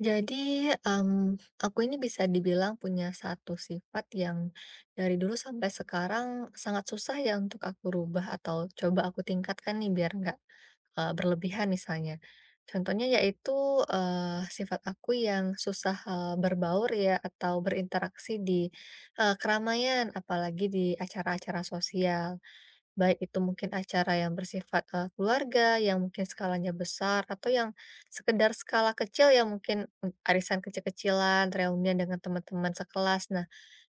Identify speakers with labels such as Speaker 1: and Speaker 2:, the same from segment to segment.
Speaker 1: Jadi, aku ini bisa dibilang punya satu sifat yang dari dulu sampai sekarang sangat susah ya untuk aku rubah atau coba aku tingkatkan nih biar nggak, berlebihan misalnya. Contohnya yaitu, sifat aku yang susah, berbaur ya atau berinteraksi di, keramaian apalagi di acara-acara sosial. Baik itu mungkin acara yang bersifat, keluarga, yang mungkin skalanya besar, atau yang sekedar skala kecil yang mungkin, arisan kecil-kecilan, reunian dengan teman-teman sekelas. Nah,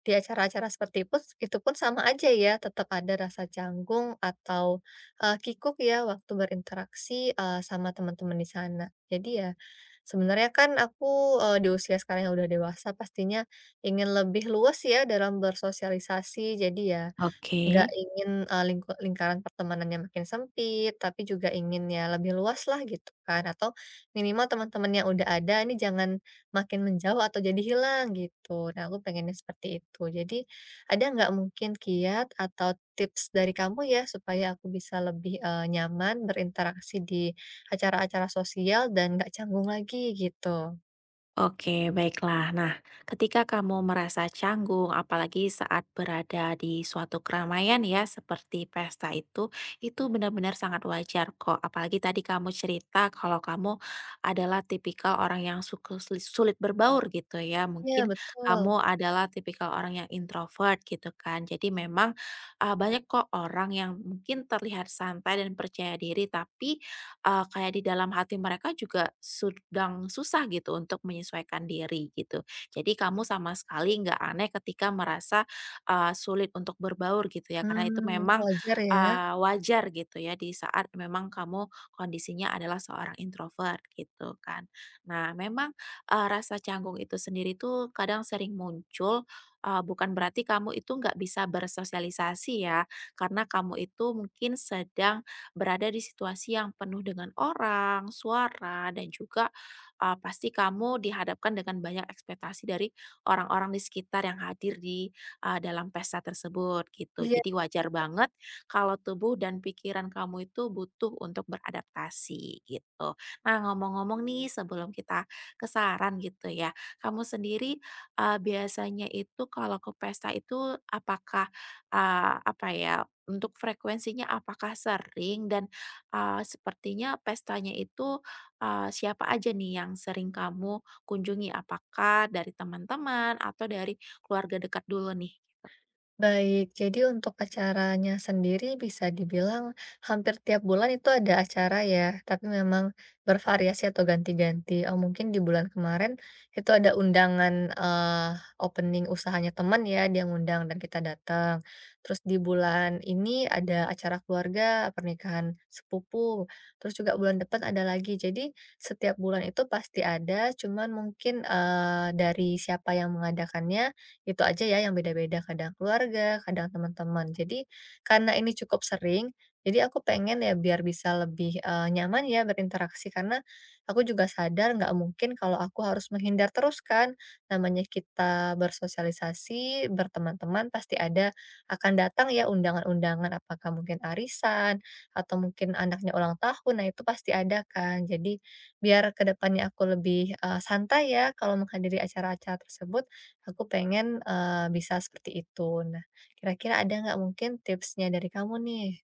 Speaker 1: di acara-acara seperti itu pun sama aja ya, tetap ada rasa canggung atau, kikuk ya waktu berinteraksi, sama teman-teman di sana. Jadi ya, sebenarnya kan aku, di usia sekarang yang udah dewasa pastinya ingin lebih luas ya dalam bersosialisasi. Jadi ya,
Speaker 2: Oke,
Speaker 1: nggak ingin, lingkaran pertemanannya makin sempit, tapi juga ingin ya lebih luas lah gitu kan, atau minimal teman-teman yang udah ada ini jangan makin menjauh atau jadi hilang gitu. Nah, aku pengennya seperti itu. Jadi, ada nggak mungkin kiat atau tips dari kamu ya supaya aku bisa lebih, nyaman berinteraksi di acara-acara sosial dan nggak canggung lagi gitu?
Speaker 2: oke, baiklah. Nah, ketika kamu merasa canggung, apalagi saat berada di suatu keramaian ya, seperti pesta itu benar-benar sangat wajar kok. Apalagi tadi kamu cerita kalau kamu adalah tipikal orang yang sulit berbaur gitu ya.
Speaker 1: Iya
Speaker 2: Mungkin
Speaker 1: betul.
Speaker 2: kamu adalah tipikal orang yang introvert gitu kan. Jadi memang banyak kok orang yang mungkin terlihat santai dan percaya diri, tapi kayak di dalam hati mereka juga sedang susah gitu untuk menyesuaikan diri gitu. Jadi kamu sama sekali nggak aneh ketika merasa, sulit untuk berbaur gitu ya, karena itu
Speaker 1: Mmm,
Speaker 2: memang,
Speaker 1: wajar ya.
Speaker 2: wajar gitu ya di saat memang kamu kondisinya adalah seorang introvert gitu kan. Nah memang, rasa canggung itu sendiri tuh kadang sering muncul, bukan berarti kamu itu nggak bisa bersosialisasi ya, karena kamu itu mungkin sedang berada di situasi yang penuh dengan orang, suara, dan juga pasti kamu dihadapkan dengan banyak ekspektasi dari orang-orang di sekitar yang hadir di dalam pesta tersebut gitu.
Speaker 1: Iya.
Speaker 2: Jadi wajar banget kalau tubuh dan pikiran kamu itu butuh untuk beradaptasi gitu. Nah ngomong-ngomong nih sebelum kita kesaran gitu ya, kamu sendiri biasanya itu kalau ke pesta itu apakah eee, apa ya, untuk frekuensinya apakah sering dan, sepertinya pestanya itu, siapa aja nih yang sering kamu kunjungi? Apakah dari teman-teman atau dari keluarga dekat dulu nih?
Speaker 1: Baik, jadi untuk acaranya sendiri bisa dibilang hampir tiap bulan itu ada acara ya, tapi memang bervariasi atau ganti-ganti. Oh, mungkin di bulan kemarin itu ada undangan opening usahanya teman ya, dia ngundang dan kita datang. Terus di bulan ini ada acara keluarga, pernikahan sepupu. Terus juga bulan depan ada lagi. Jadi setiap bulan itu pasti ada, cuman mungkin dari siapa yang mengadakannya itu aja ya yang beda-beda, kadang keluarga, kadang teman-teman. Jadi karena ini cukup sering, jadi aku pengen ya biar bisa lebih, nyaman ya berinteraksi karena aku juga sadar nggak mungkin kalau aku harus menghindar terus kan. Namanya kita bersosialisasi, berteman-teman pasti ada akan datang ya undangan-undangan, apakah mungkin arisan atau mungkin anaknya ulang tahun, nah itu pasti ada kan. Jadi biar kedepannya aku lebih, santai ya kalau menghadiri acara-acara tersebut, aku pengen, bisa seperti itu. Nah, kira-kira ada nggak mungkin tipsnya dari kamu nih?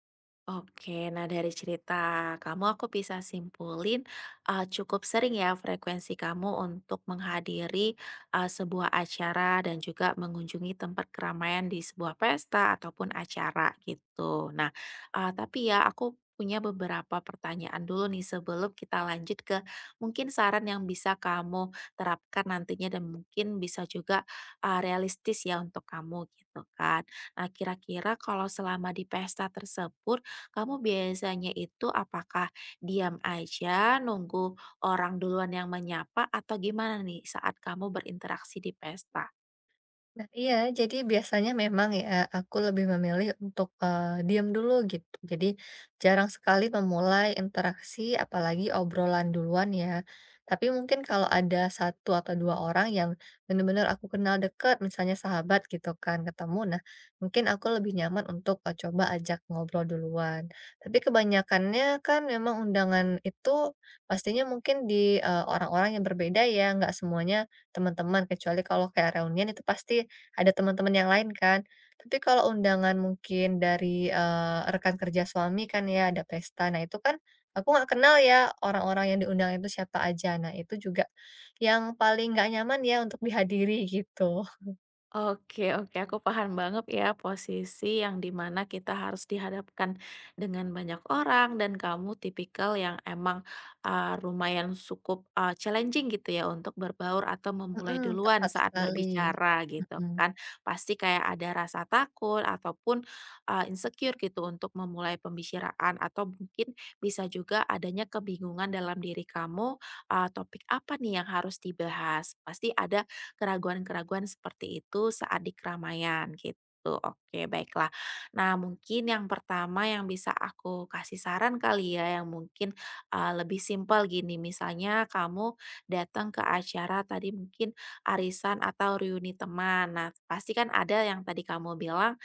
Speaker 2: Oke, nah dari cerita kamu aku bisa simpulin, cukup sering ya frekuensi kamu untuk menghadiri, sebuah acara dan juga mengunjungi tempat keramaian di sebuah pesta ataupun acara gitu. Nah, tapi ya aku punya beberapa pertanyaan dulu nih sebelum kita lanjut ke mungkin saran yang bisa kamu terapkan nantinya dan mungkin bisa juga, realistis ya untuk kamu gitu kan. Nah kira-kira kalau selama di pesta tersebut, kamu biasanya itu apakah diam aja nunggu orang duluan yang menyapa atau gimana nih saat kamu berinteraksi di pesta?
Speaker 1: Nah iya, jadi biasanya memang ya aku lebih memilih untuk, diam dulu gitu. Jadi jarang sekali memulai interaksi apalagi obrolan duluan ya. Tapi mungkin kalau ada satu atau 2 orang yang benar-benar aku kenal dekat, misalnya sahabat gitu kan ketemu, nah mungkin aku lebih nyaman untuk, coba ajak ngobrol duluan. Tapi kebanyakannya kan memang undangan itu pastinya mungkin di, orang-orang yang berbeda ya, nggak semuanya teman-teman, kecuali kalau kayak reunian itu pasti ada teman-teman yang lain kan. Tapi kalau undangan mungkin dari, rekan kerja suami kan ya ada pesta, nah itu kan aku nggak kenal ya orang-orang yang diundang itu siapa aja. Nah itu juga yang paling nggak nyaman ya untuk dihadiri gitu.
Speaker 2: Oke, oke, aku paham banget ya posisi yang dimana kita harus dihadapkan dengan banyak orang dan kamu tipikal yang emang, lumayan cukup, challenging gitu ya untuk berbaur atau memulai
Speaker 1: Mhm,
Speaker 2: duluan
Speaker 1: tepat
Speaker 2: saat
Speaker 1: sekali.
Speaker 2: berbicara gitu
Speaker 1: Mhm.
Speaker 2: kan. Pasti kayak ada rasa takut ataupun, insecure gitu untuk memulai pembicaraan atau mungkin bisa juga adanya kebingungan dalam diri kamu, topik apa nih yang harus dibahas. Pasti ada keraguan-keraguan seperti itu saat di keramaian gitu. Oke, baiklah. Nah, mungkin yang pertama yang bisa aku kasih saran kali ya, yang mungkin lebih simpel gini, misalnya kamu datang ke acara tadi mungkin arisan atau reuni teman. Nah, pasti kan ada yang tadi kamu bilang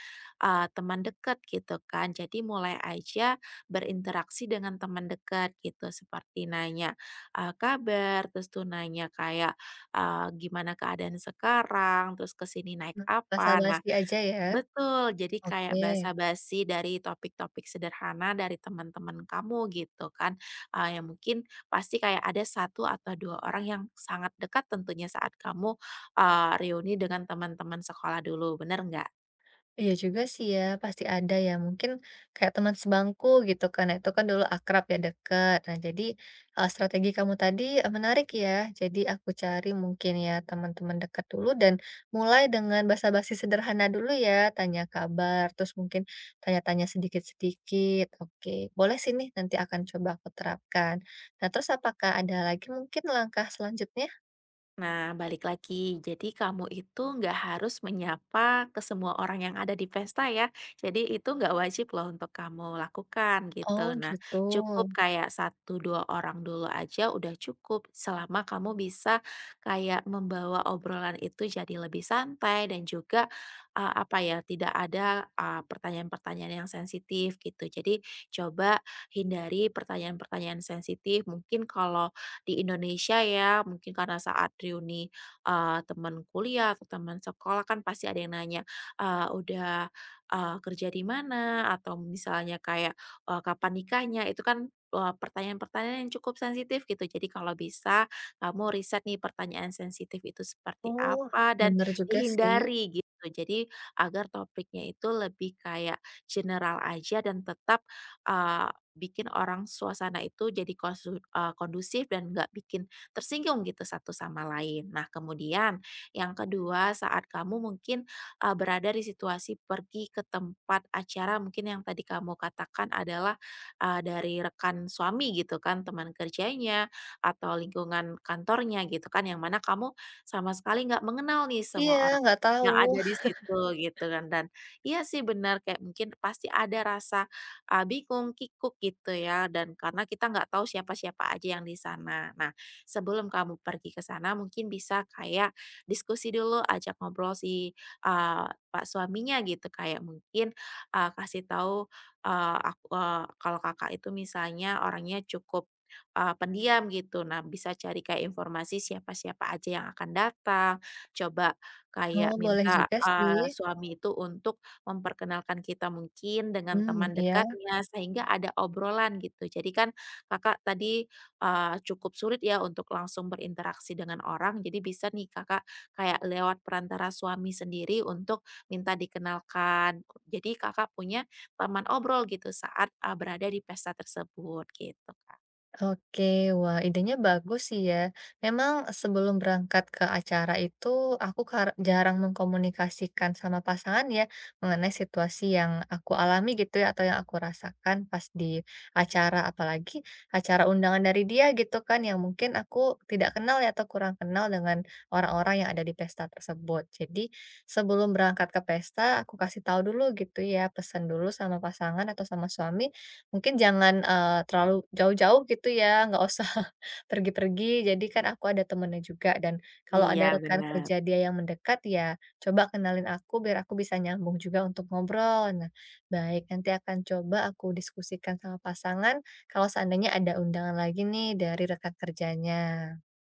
Speaker 2: teman dekat gitu kan. Jadi mulai aja berinteraksi dengan teman dekat gitu, seperti nanya kabar, terus tuh nanya kayak gimana keadaan sekarang, terus ke sini naik
Speaker 1: Mmm,
Speaker 2: apa. Nah
Speaker 1: basa-basi aja ya?
Speaker 2: betul, jadi kayak
Speaker 1: Oke.
Speaker 2: basa-basi dari topik-topik sederhana dari teman-teman kamu gitu kan, yang mungkin pasti kayak ada satu atau 2 orang yang sangat dekat tentunya saat kamu, reuni dengan teman-teman sekolah dulu, bener nggak?
Speaker 1: Iya juga sih ya, pasti ada ya, mungkin kayak teman sebangku gitu kan, nah itu kan dulu akrab ya, deket. Nah jadi, strategi kamu tadi, menarik ya, jadi aku cari mungkin ya teman-teman dekat dulu dan mulai dengan basa-basi sederhana dulu ya, tanya kabar, terus mungkin tanya-tanya sedikit-sedikit. Oke, boleh sih nih, nanti akan coba aku terapkan. Nah terus apakah ada lagi mungkin langkah selanjutnya?
Speaker 2: Nah, balik lagi. Jadi kamu itu nggak harus menyapa ke semua orang yang ada di pesta ya. Jadi itu nggak wajib loh untuk kamu lakukan
Speaker 1: Oh
Speaker 2: gitu. Nah,
Speaker 1: gitu.
Speaker 2: cukup kayak satu dua orang dulu aja udah cukup. Selama kamu bisa kayak membawa obrolan itu jadi lebih santai dan juga tidak ada pertanyaan-pertanyaan yang sensitif gitu. Jadi coba hindari pertanyaan-pertanyaan sensitif. Mungkin kalau di Indonesia ya, mungkin karena saat reuni, teman kuliah atau teman sekolah kan pasti ada yang nanya, "Udah, kerja di mana?" Atau misalnya kayak, "Kapan nikahnya?" Itu kan, pertanyaan-pertanyaan yang cukup sensitif gitu. Jadi kalau bisa kamu riset nih pertanyaan sensitif itu seperti
Speaker 1: Oh,
Speaker 2: apa dan
Speaker 1: bener juga sih.
Speaker 2: dihindari gitu. Jadi agar topiknya itu lebih kayak general aja dan tetap, eee bikin orang suasana itu jadi kondusif dan nggak bikin tersinggung gitu satu sama lain. Nah kemudian yang kedua saat kamu mungkin, berada di situasi pergi ke tempat acara mungkin yang tadi kamu katakan adalah, dari rekan suami gitu kan, teman kerjanya, atau lingkungan kantornya gitu kan, yang mana kamu sama sekali nggak mengenal nih
Speaker 1: Iya,
Speaker 2: semua orang
Speaker 1: nggak tahu.
Speaker 2: yang ada di situ gitu kan dan iya sih benar kayak mungkin pasti ada rasa bingung, kikuk gitu ya, dan karena kita nggak tahu siapa-siapa aja yang di sana. Nah, sebelum kamu pergi ke sana mungkin bisa kayak diskusi dulu, ajak ngobrol si, eee, pak suaminya gitu, kayak mungkin, kasih tahu, kalau Kakak itu misalnya orangnya cukup, pendiam gitu. Nah, bisa cari kayak informasi siapa-siapa aja yang akan datang, coba
Speaker 1: Oh,
Speaker 2: kayak
Speaker 1: boleh
Speaker 2: minta,
Speaker 1: juga sih.
Speaker 2: suami itu untuk memperkenalkan kita mungkin dengan
Speaker 1: Hmm,
Speaker 2: teman
Speaker 1: iya.
Speaker 2: dekatnya, sehingga ada obrolan gitu. Jadi kan Kakak tadi, cukup sulit ya untuk langsung berinteraksi dengan orang, jadi bisa nih Kakak kayak lewat perantara suami sendiri untuk minta dikenalkan. Jadi Kakak punya teman obrol gitu saat, berada di pesta tersebut gitu, Kak.
Speaker 1: Oke. Wah, idenya bagus sih ya. Memang sebelum berangkat ke acara itu, aku jarang mengkomunikasikan sama pasangan ya, mengenai situasi yang aku alami gitu ya, atau yang aku rasakan pas di acara. Apalagi acara undangan dari dia gitu kan, yang mungkin aku tidak kenal ya, atau kurang kenal dengan orang-orang yang ada di pesta tersebut. Jadi, sebelum berangkat ke pesta, aku kasih tahu dulu gitu ya, pesan dulu sama pasangan atau sama suami, mungkin jangan, terlalu jauh-jauh gitu ya, nggak usah pergi-pergi, jadi kan aku ada temennya juga dan kalau ada
Speaker 2: Iya,
Speaker 1: rekan
Speaker 2: benar.
Speaker 1: kerja dia yang mendekat, ya coba kenalin aku biar aku bisa nyambung juga untuk ngobrol. Nah, baik, nanti akan coba aku diskusikan sama pasangan kalau seandainya ada undangan lagi nih dari rekan kerjanya.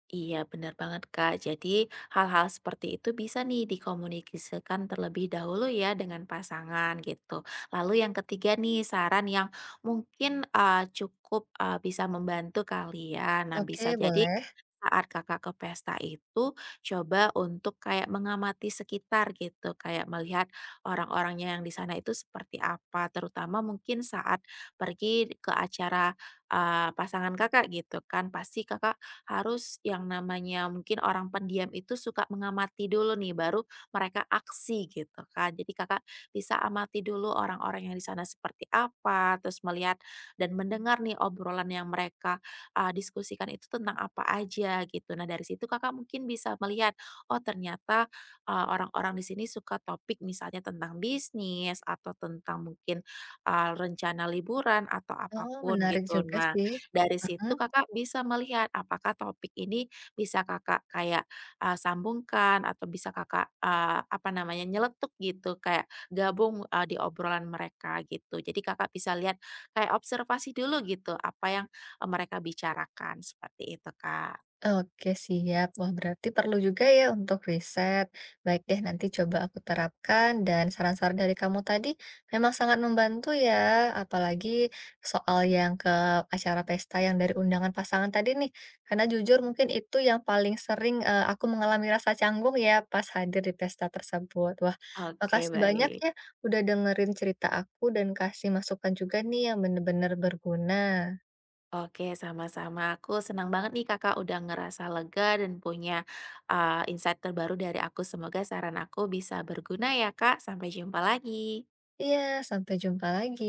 Speaker 2: Iya, benar banget, Kak. Jadi, hal-hal seperti itu bisa nih dikomunikasikan terlebih dahulu ya dengan pasangan gitu. Lalu yang ketiga nih, saran yang mungkin cukup bisa membantu kalian. Nah, bisa
Speaker 1: Oke,
Speaker 2: jadi
Speaker 1: boleh.
Speaker 2: saat Kakak ke pesta itu, coba untuk kayak mengamati sekitar gitu, kayak melihat orang-orangnya yang di sana itu seperti apa, terutama mungkin saat pergi ke acara, pasangan Kakak gitu kan. Pasti Kakak harus yang namanya mungkin orang pendiam itu suka mengamati dulu nih, baru mereka aksi gitu kan. Jadi Kakak bisa amati dulu orang-orang yang di sana seperti apa, terus melihat dan mendengar nih obrolan yang mereka diskusikan itu tentang apa aja gitu. Nah dari situ Kakak mungkin bisa melihat, oh ternyata, orang-orang di sini suka topik misalnya tentang bisnis atau tentang mungkin, rencana liburan atau
Speaker 1: Oh,
Speaker 2: apapun
Speaker 1: menarik
Speaker 2: gitu.
Speaker 1: juga
Speaker 2: Nah
Speaker 1: sih.
Speaker 2: dari situ
Speaker 1: Mhm.
Speaker 2: Kakak bisa melihat apakah topik ini bisa Kakak kayak, sambungkan atau bisa Kakak, apa namanya, nyeletuk gitu kayak gabung, di obrolan mereka gitu. Jadi Kakak bisa lihat kayak observasi dulu gitu apa yang mereka bicarakan, seperti itu, Kak.
Speaker 1: Oke siap. Wah berarti perlu juga ya untuk riset. Baik deh nanti coba aku terapkan dan saran-saran dari kamu tadi memang sangat membantu ya. Apalagi soal yang ke acara pesta yang dari undangan pasangan tadi nih. Karena jujur mungkin itu yang paling sering aku mengalami rasa canggung ya pas hadir di pesta tersebut. Wah
Speaker 2: Oke,
Speaker 1: makasih banyak
Speaker 2: baik.
Speaker 1: ya udah dengerin cerita aku dan kasih masukan juga nih yang bener-bener berguna.
Speaker 2: Oke, sama-sama. Aku senang banget nih Kakak udah ngerasa lega dan punya, insight terbaru dari aku. Semoga saran aku bisa berguna ya, Kak. Sampai jumpa lagi.
Speaker 1: Iya sampai jumpa lagi.